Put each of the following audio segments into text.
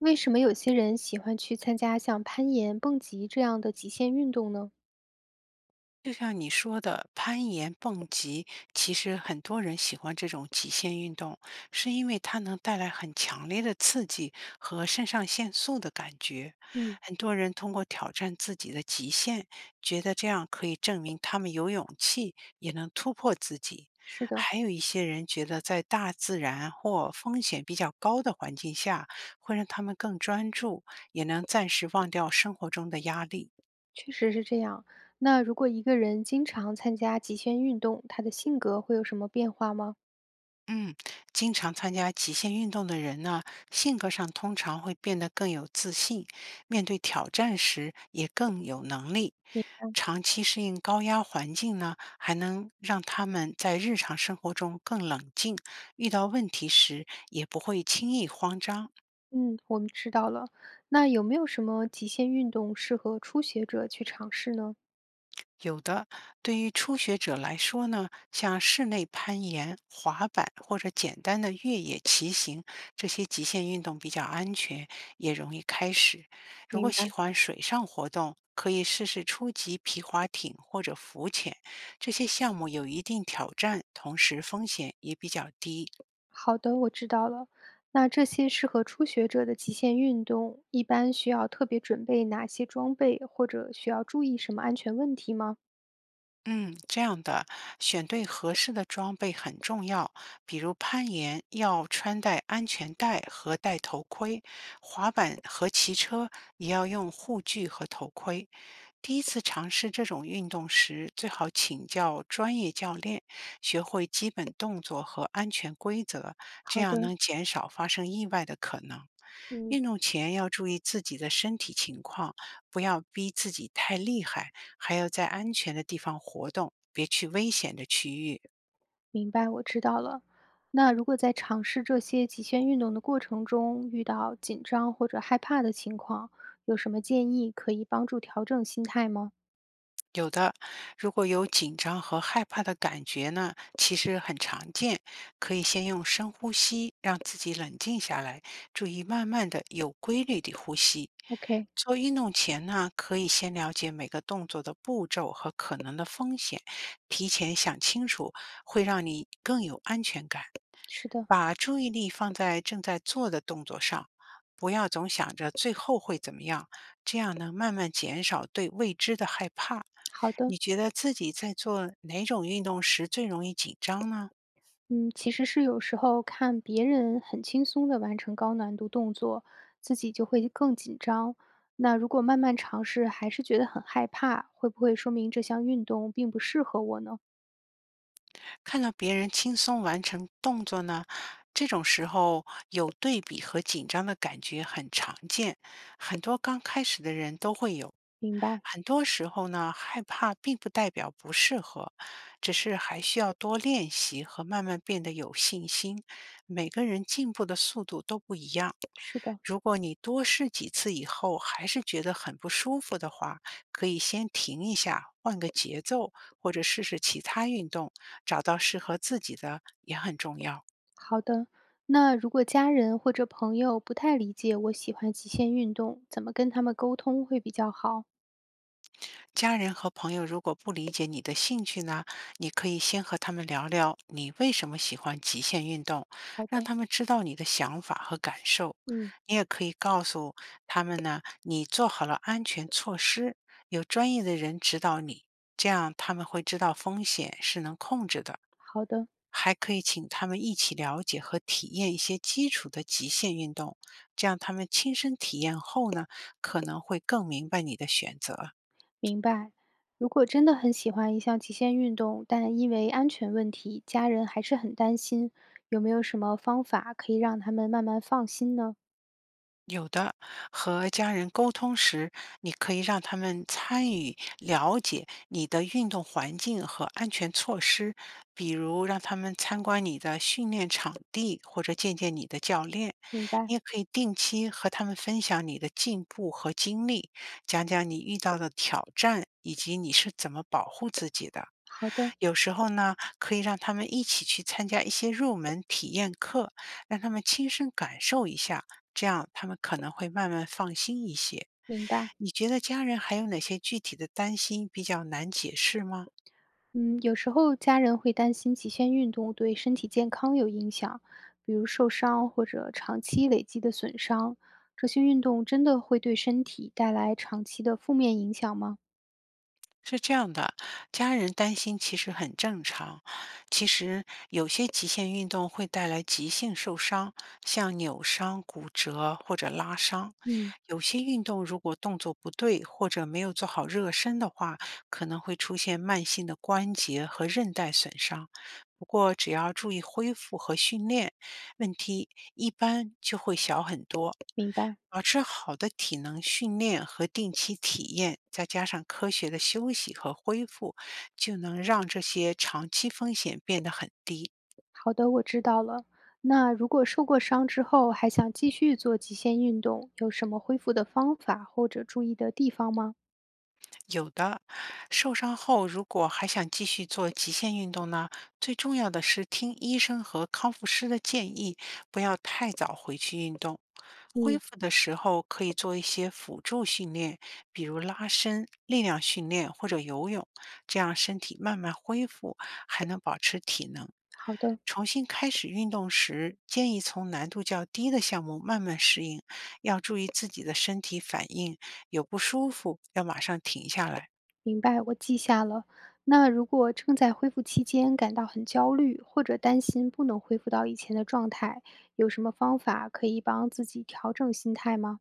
为什么有些人喜欢去参加像攀岩、蹦极这样的极限运动呢？就像你说的，攀岩、蹦极，其实很多人喜欢这种极限运动，是因为它能带来很强烈的刺激和肾上腺素的感觉。嗯，很多人通过挑战自己的极限，觉得这样可以证明他们有勇气，也能突破自己。是的，还有一些人觉得，在大自然或风险比较高的环境下，会让他们更专注，也能暂时忘掉生活中的压力。确实是这样。那如果一个人经常参加极限运动，他的性格会有什么变化吗？嗯，经常参加极限运动的人呢，性格上通常会变得更有自信，面对挑战时也更有能力。明长期适应高压环境呢，还能让他们在日常生活中更冷静，遇到问题时也不会轻易慌张。嗯，我们知道了。那有没有什么极限运动适合初学者去尝试呢？有的，对于初学者来说呢，像室内攀岩、滑板或者简单的越野骑行，这些极限运动比较安全，也容易开始。如果明喜白。欢水上活动，可以试试初级皮划艇或者浮潜，这些项目有一定挑战，同时风险也比较低。好的，我知道了。那这些适合初学者的极限运动，一般需要特别准备哪些装备，或者需要注意什么安全问题吗？嗯，这样的，选对合适的装备很重要。比如攀岩要穿戴安全带和戴头盔，滑板和骑车也要用护具和头盔。第一次尝试这种运动时，最好请教专业教练，学会基本动作和安全规则，这好样的，能减少发生意外的可能。嗯，运动前要注意自己的身体情况，不要逼自己太厉害。还要在安全的地方活动，别去危险的区域。明白，我知道了。那如果在尝试这些极限运动的过程中遇到紧张或者害怕的情况，有什么建议可以帮助调整心态吗有的，如果有紧张和害怕的感觉呢，其实很常见，可以先用深呼吸让自己冷静下来，注意慢慢的、有规律的呼吸。？OK，做运动前呢，可以先了解每个动作的步骤和可能的风险，提前想清楚，会让你更有安全感。是的，把注意力放在正在做的动作上，不要总想着最后会怎么样，这样能慢慢减少对未知的害怕。好的。你觉得自己在做哪种运动时最容易紧张呢？嗯，其实是有时候看别人很轻松地完成高难度动作，自己就会更紧张。那如果慢慢尝试还是觉得很害怕，会不会说明这项运动并不适合我呢？看到别人轻松完成动作呢，这种时候有对比和紧张的感觉很常见，很多刚开始的人都会有。明白，很多时候呢，害怕并不代表不适合，只是还需要多练习和慢慢变得有信心。每个人进步的速度都不一样。是的。如果你多试几次以后还是觉得很不舒服的话，可以先停一下，换个节奏，或者试试其他运动，找到适合自己的也很重要。好的，那如果家人或者朋友不太理解我喜欢极限运动，怎么跟他们沟通会比较好？家人和朋友如果不理解你的兴趣呢，你可以先和他们聊聊你为什么喜欢极限运动，好让的，他们知道你的想法和感受。嗯，你也可以告诉他们呢，你做好了安全措施，有专业的人指导你，这样他们会知道风险是能控制的。好的，还可以请他们一起了解和体验一些基础的极限运动，这样他们亲身体验后呢，可能会更明白你的选择。明白。如果真的很喜欢一项极限运动，但因为安全问题，家人还是很担心，有没有什么方法可以让他们慢慢放心呢？有的，和家人沟通时，你可以让他们参与了解你的运动环境和安全措施，比如让他们参观你的训练场地或者见见你的教练。明你白，也可以定期和他们分享你的进步和经历，讲讲你遇到的挑战以及你是怎么保护自己的。好的，有时候呢，可以让他们一起去参加一些入门体验课，让他们亲身感受一下。这样他们可能会慢慢放心一些。明白。你觉得家人还有哪些具体的担心比较难解释吗？嗯，有时候家人会担心极限运动对身体健康有影响，比如受伤或者长期累积的损伤。这些运动真的会对身体带来长期的负面影响吗？是这样的，家人担心其实很正常。其实有些极限运动会带来急性受伤，像扭伤、骨折或者拉伤。嗯，有些运动如果动作不对或者没有做好热身的话，可能会出现慢性的关节和韧带损伤。不过只要注意恢复和训练，问题一般就会小很多。明白。保持好的体能训练和定期体验，再加上科学的休息和恢复，就能让这些长期风险变得很低。好的，我知道了。那如果受过伤之后还想继续做极限运动，有什么恢复的方法或者注意的地方吗？有的，受伤后如果还想继续做极限运动呢，最重要的是听医生和康复师的建议，不要太早回去运动。恢嗯，复的时候可以做一些辅助训练，比如拉伸、力量训练或者游泳，这样身体慢慢恢复，还能保持体能。好的。重新开始运动时，建议从难度较低的项目慢慢适应，要注意自己的身体反应，有不舒服要马上停下来。明白，我记下了。那如果正在恢复期间感到很焦虑，或者担心不能恢复到以前的状态，有什么方法可以帮自己调整心态吗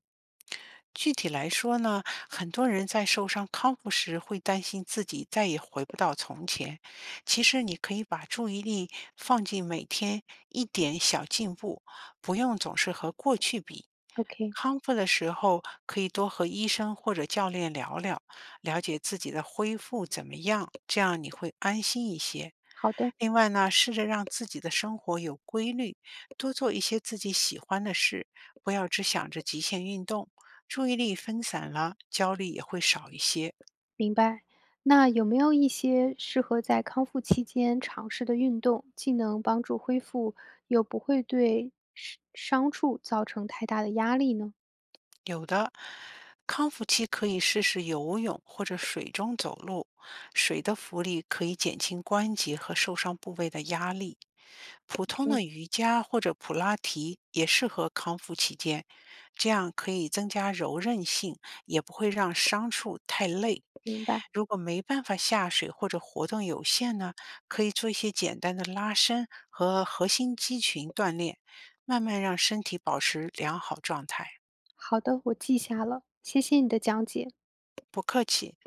具体来说呢，很多人在受伤康复时会担心自己再也回不到从前。其实你可以把注意力放进每天一点小进步，不用总是和过去比。？OK，康复的时候，可以多和医生或者教练聊聊，了解自己的恢复怎么样，这样你会安心一些。好的，另外呢，试着让自己的生活有规律，多做一些自己喜欢的事，不要只想着极限运动，注意力分散了，焦虑也会少一些。明白。那有没有一些适合在康复期间尝试的运动，既能帮助恢复，又不会对伤伤处造成太大的压力呢有的，康复期可以试试游泳或者水中走路，水的浮力可以减轻关节和受伤部位的压力。普通？OK，的瑜伽或者普拉提也适合康复期间，这样可以增加柔韧性，也不会让伤处太累。明白。如果没办法下水或者活动有限呢，可以做一些简单的拉伸和核心肌群锻炼，慢慢让身体保持良好状态。好的，我记下了，谢谢你的讲解。不客气。